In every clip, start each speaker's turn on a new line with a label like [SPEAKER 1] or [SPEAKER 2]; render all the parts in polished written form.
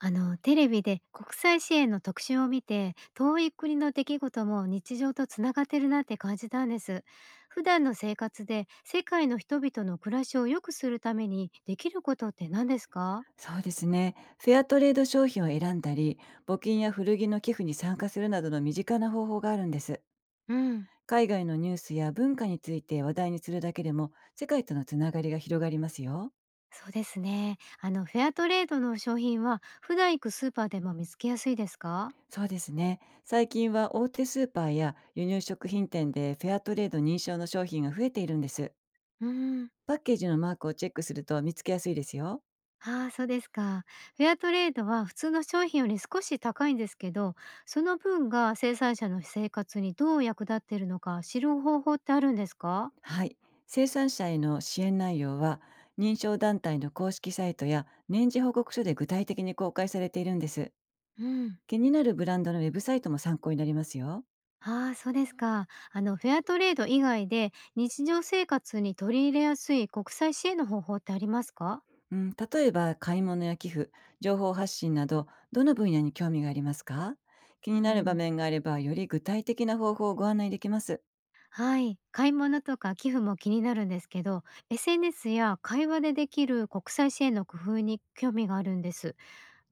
[SPEAKER 1] テレビで国際支援の特集を見て、遠い国の出来事も日常とつながってるなって感じたんです。普段の生活で世界の人々の暮らしを良くするためにできることって何ですか？
[SPEAKER 2] そうですね。フェアトレード商品を選んだり、募金や古着の寄付に参加するなどの身近な方法があるんです。
[SPEAKER 1] うん、
[SPEAKER 2] 海外のニュースや文化について話題にするだけでも、世界とのつながりが広がりますよ。
[SPEAKER 1] そうですね、フェアトレードの商品は普段行くスーパーでも見つけやすいですか？
[SPEAKER 2] そうですね。最近は大手スーパーや輸入食品店でフェアトレード認証の商品が増えているんです。
[SPEAKER 1] うん。
[SPEAKER 2] パッケージのマークをチェックすると見つけやすいですよ。
[SPEAKER 1] ああ、そうですか。フェアトレードは普通の商品より少し高いんですけど、その分が生産者の生活にどう役立っているのか知る方法ってあるんですか？
[SPEAKER 2] はい。生産者への支援内容は、認証団体の公式サイトや年次報告書で具体的に公開されているんです。
[SPEAKER 1] うん。
[SPEAKER 2] 気になるブランドのウェブサイトも参考になりますよ。
[SPEAKER 1] ああ、そうですか。あの、フェアトレード以外で日常生活に取り入れやすい国際支援の方法ってありますか？
[SPEAKER 2] うん、例えば買い物や寄付、情報発信など、どの分野に興味がありますか？気
[SPEAKER 1] う
[SPEAKER 2] になる場
[SPEAKER 1] ん、
[SPEAKER 2] 面があれば、より具体的な方法をご案内できます。
[SPEAKER 1] はい。買い物とか寄付も気になるんですけど、SNS や会話でできる国際支援の工夫に興味があるんです。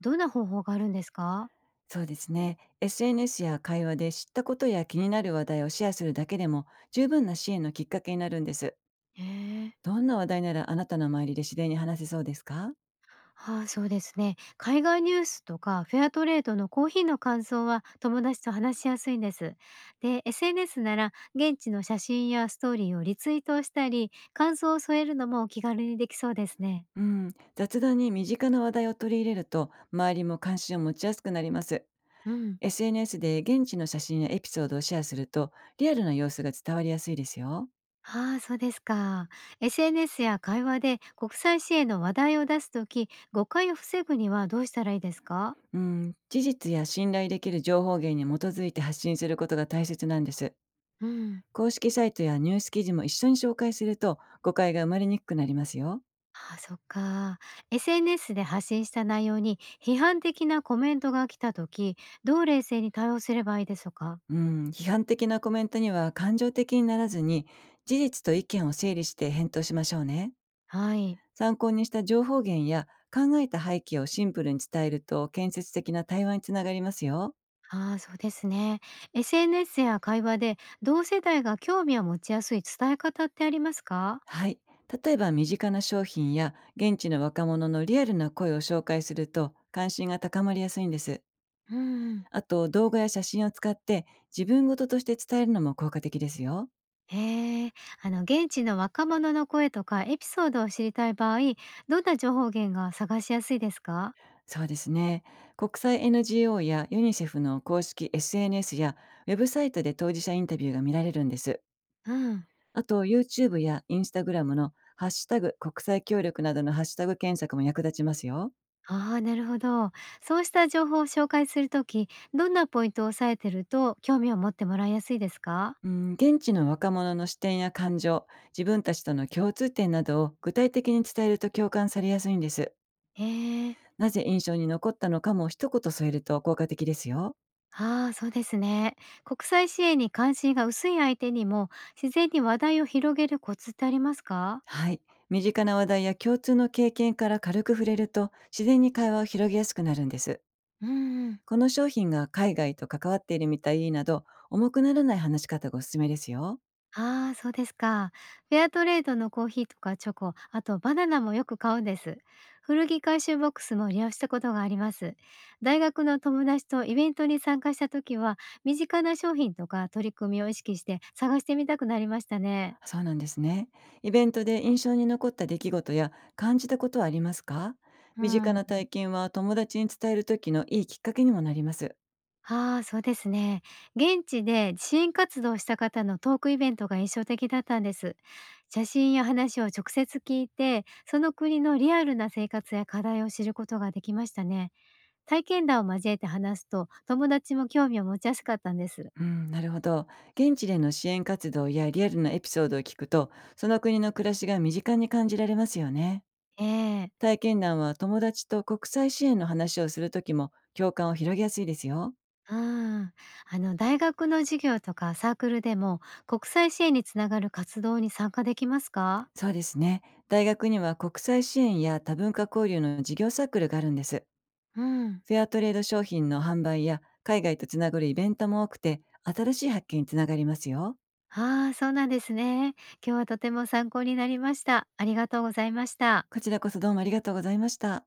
[SPEAKER 1] どんな方法があるんですか？
[SPEAKER 2] そうですね。SNS や会話で知ったことや気になる話題をシェアするだけでも、十分な支援のきっかけになるんです。
[SPEAKER 1] へえ。
[SPEAKER 2] どんな話題ならあなたの周りで自然に話せそうですか？
[SPEAKER 1] ああ、そうですね。海外ニュースとかフェアトレードのコーヒーの感想は友達と話しやすいんです。で、SNS なら現地の写真やストーリーをリツイートしたり、感想を添えるのもお気軽にできそうですね。
[SPEAKER 2] うん、雑談に身近な話題を取り入れると、周りも関心を持ちやすくなります。
[SPEAKER 1] うん。
[SPEAKER 2] SNS で現地の写真やエピソードをシェアすると、リアルな様子が伝わりやすいですよ。
[SPEAKER 1] ああ、そうですか。SNS や会話で国際支援の話題を出すとき、誤解を防ぐにはどうしたらいいですか？
[SPEAKER 2] うん、事実や信頼できる情報源に基づいて発信することが大切なんです。
[SPEAKER 1] うん。
[SPEAKER 2] 公式サイトやニュース記事も一緒に紹介すると、誤解が生まれにくくなりますよ。
[SPEAKER 1] ああ、そっか。SNS で発信した内容に批判的なコメントが来た時、どう冷静に対応すればいいでしょうか？
[SPEAKER 2] うん、批判的なコメントには感情的にならずに、事実と意見を整理して返答しましょうね。
[SPEAKER 1] はい。
[SPEAKER 2] 参考にした情報源や考えた背景をシンプルに伝えると、建設的な対話につながりますよ。
[SPEAKER 1] ああ、そうですね。SNS や会話で同世代が興味を持ちやすい伝え方ってありますか？
[SPEAKER 2] はい。例えば身近な商品や現地の若者のリアルな声を紹介すると、関心が高まりやすいんです。
[SPEAKER 1] うん。
[SPEAKER 2] あと、動画や写真を使って自分事として伝えるのも効果的ですよ。
[SPEAKER 1] へえ。あの、現地の若者の声とかエピソードを知りたい場合、どんな情報源が探しやすいですか？
[SPEAKER 2] そうですね。国際 NGO やユニセフの公式 SNS やウェブサイトで当事者インタビューが見られるんです。
[SPEAKER 1] うん。
[SPEAKER 2] あと YouTube や Instagram のハッシュタグ国際協力などのハッシュタグ検索も役立ちますよ。
[SPEAKER 1] ああ、なるほど。そうした情報を紹介するとき、どんなポイントを押さえてると興味を持ってもらいやすいですか？
[SPEAKER 2] うん、現地の若者の視点や感情、自分たちとの共通点などを具体的に伝えると共感されやすいんです。
[SPEAKER 1] ええ。
[SPEAKER 2] なぜ印象に残ったのかも一言添えると効果的ですよ。
[SPEAKER 1] ああー、そうですね。国際支援に関心が薄い相手にも自然に話題を広げるコツってありますか？
[SPEAKER 2] はい。身近な話題や共通の経験から軽く触れると、自然に会話を広げやすくなるんです。
[SPEAKER 1] うん。
[SPEAKER 2] この商品が海外と関わっているみたいなど、重くならない話し方がおすすめですよ。
[SPEAKER 1] ああ、そうですか。フェアトレードのコーヒーとかチョコ、あとバナナもよく買うんです。古着回収ボックスも利用したことがあります。大学の友達とイベントに参加した時は、身近な商品とか取り組みを意識して探してみたくなりましたね。
[SPEAKER 2] そうなんですね。イベントで印象に残った出来事や感じたことはありますか？
[SPEAKER 1] う
[SPEAKER 2] 身近
[SPEAKER 1] ん。あ
[SPEAKER 2] な体験は友達に伝える時のいいきっかけにもなります。
[SPEAKER 1] あ、そうですね。現地で支援活動をした方のトークイベントが印象的だったんです。写真や話を直接聞いて、その国のリアルな生活や課題を知ることができましたね。体験談を交えて話すと、友達も興味を持ちやすかったんです。
[SPEAKER 2] うん、なるほど。現地での支援活動やリアルなエピソードを聞くと、その国の暮らしが身近に感じられますよね。
[SPEAKER 1] ええ。
[SPEAKER 2] 体験談は友達と国際支援の話をする時も共感を広げやすいですよ。
[SPEAKER 1] うん、大学の授業とかサークルでも国際支援につながる活動に参加できますか？
[SPEAKER 2] そうですね。大学には国際支援や多文化交流の授業サークルがあるんです。
[SPEAKER 1] うん。
[SPEAKER 2] フェアトレード商品の販売や海外とつながるイベントも多くて、新しい発見につながりますよ。
[SPEAKER 1] ああ、そうなんですね。今日はとても参考になりました。ありがとうございました。
[SPEAKER 2] こちらこそ、どうもありがとうございました。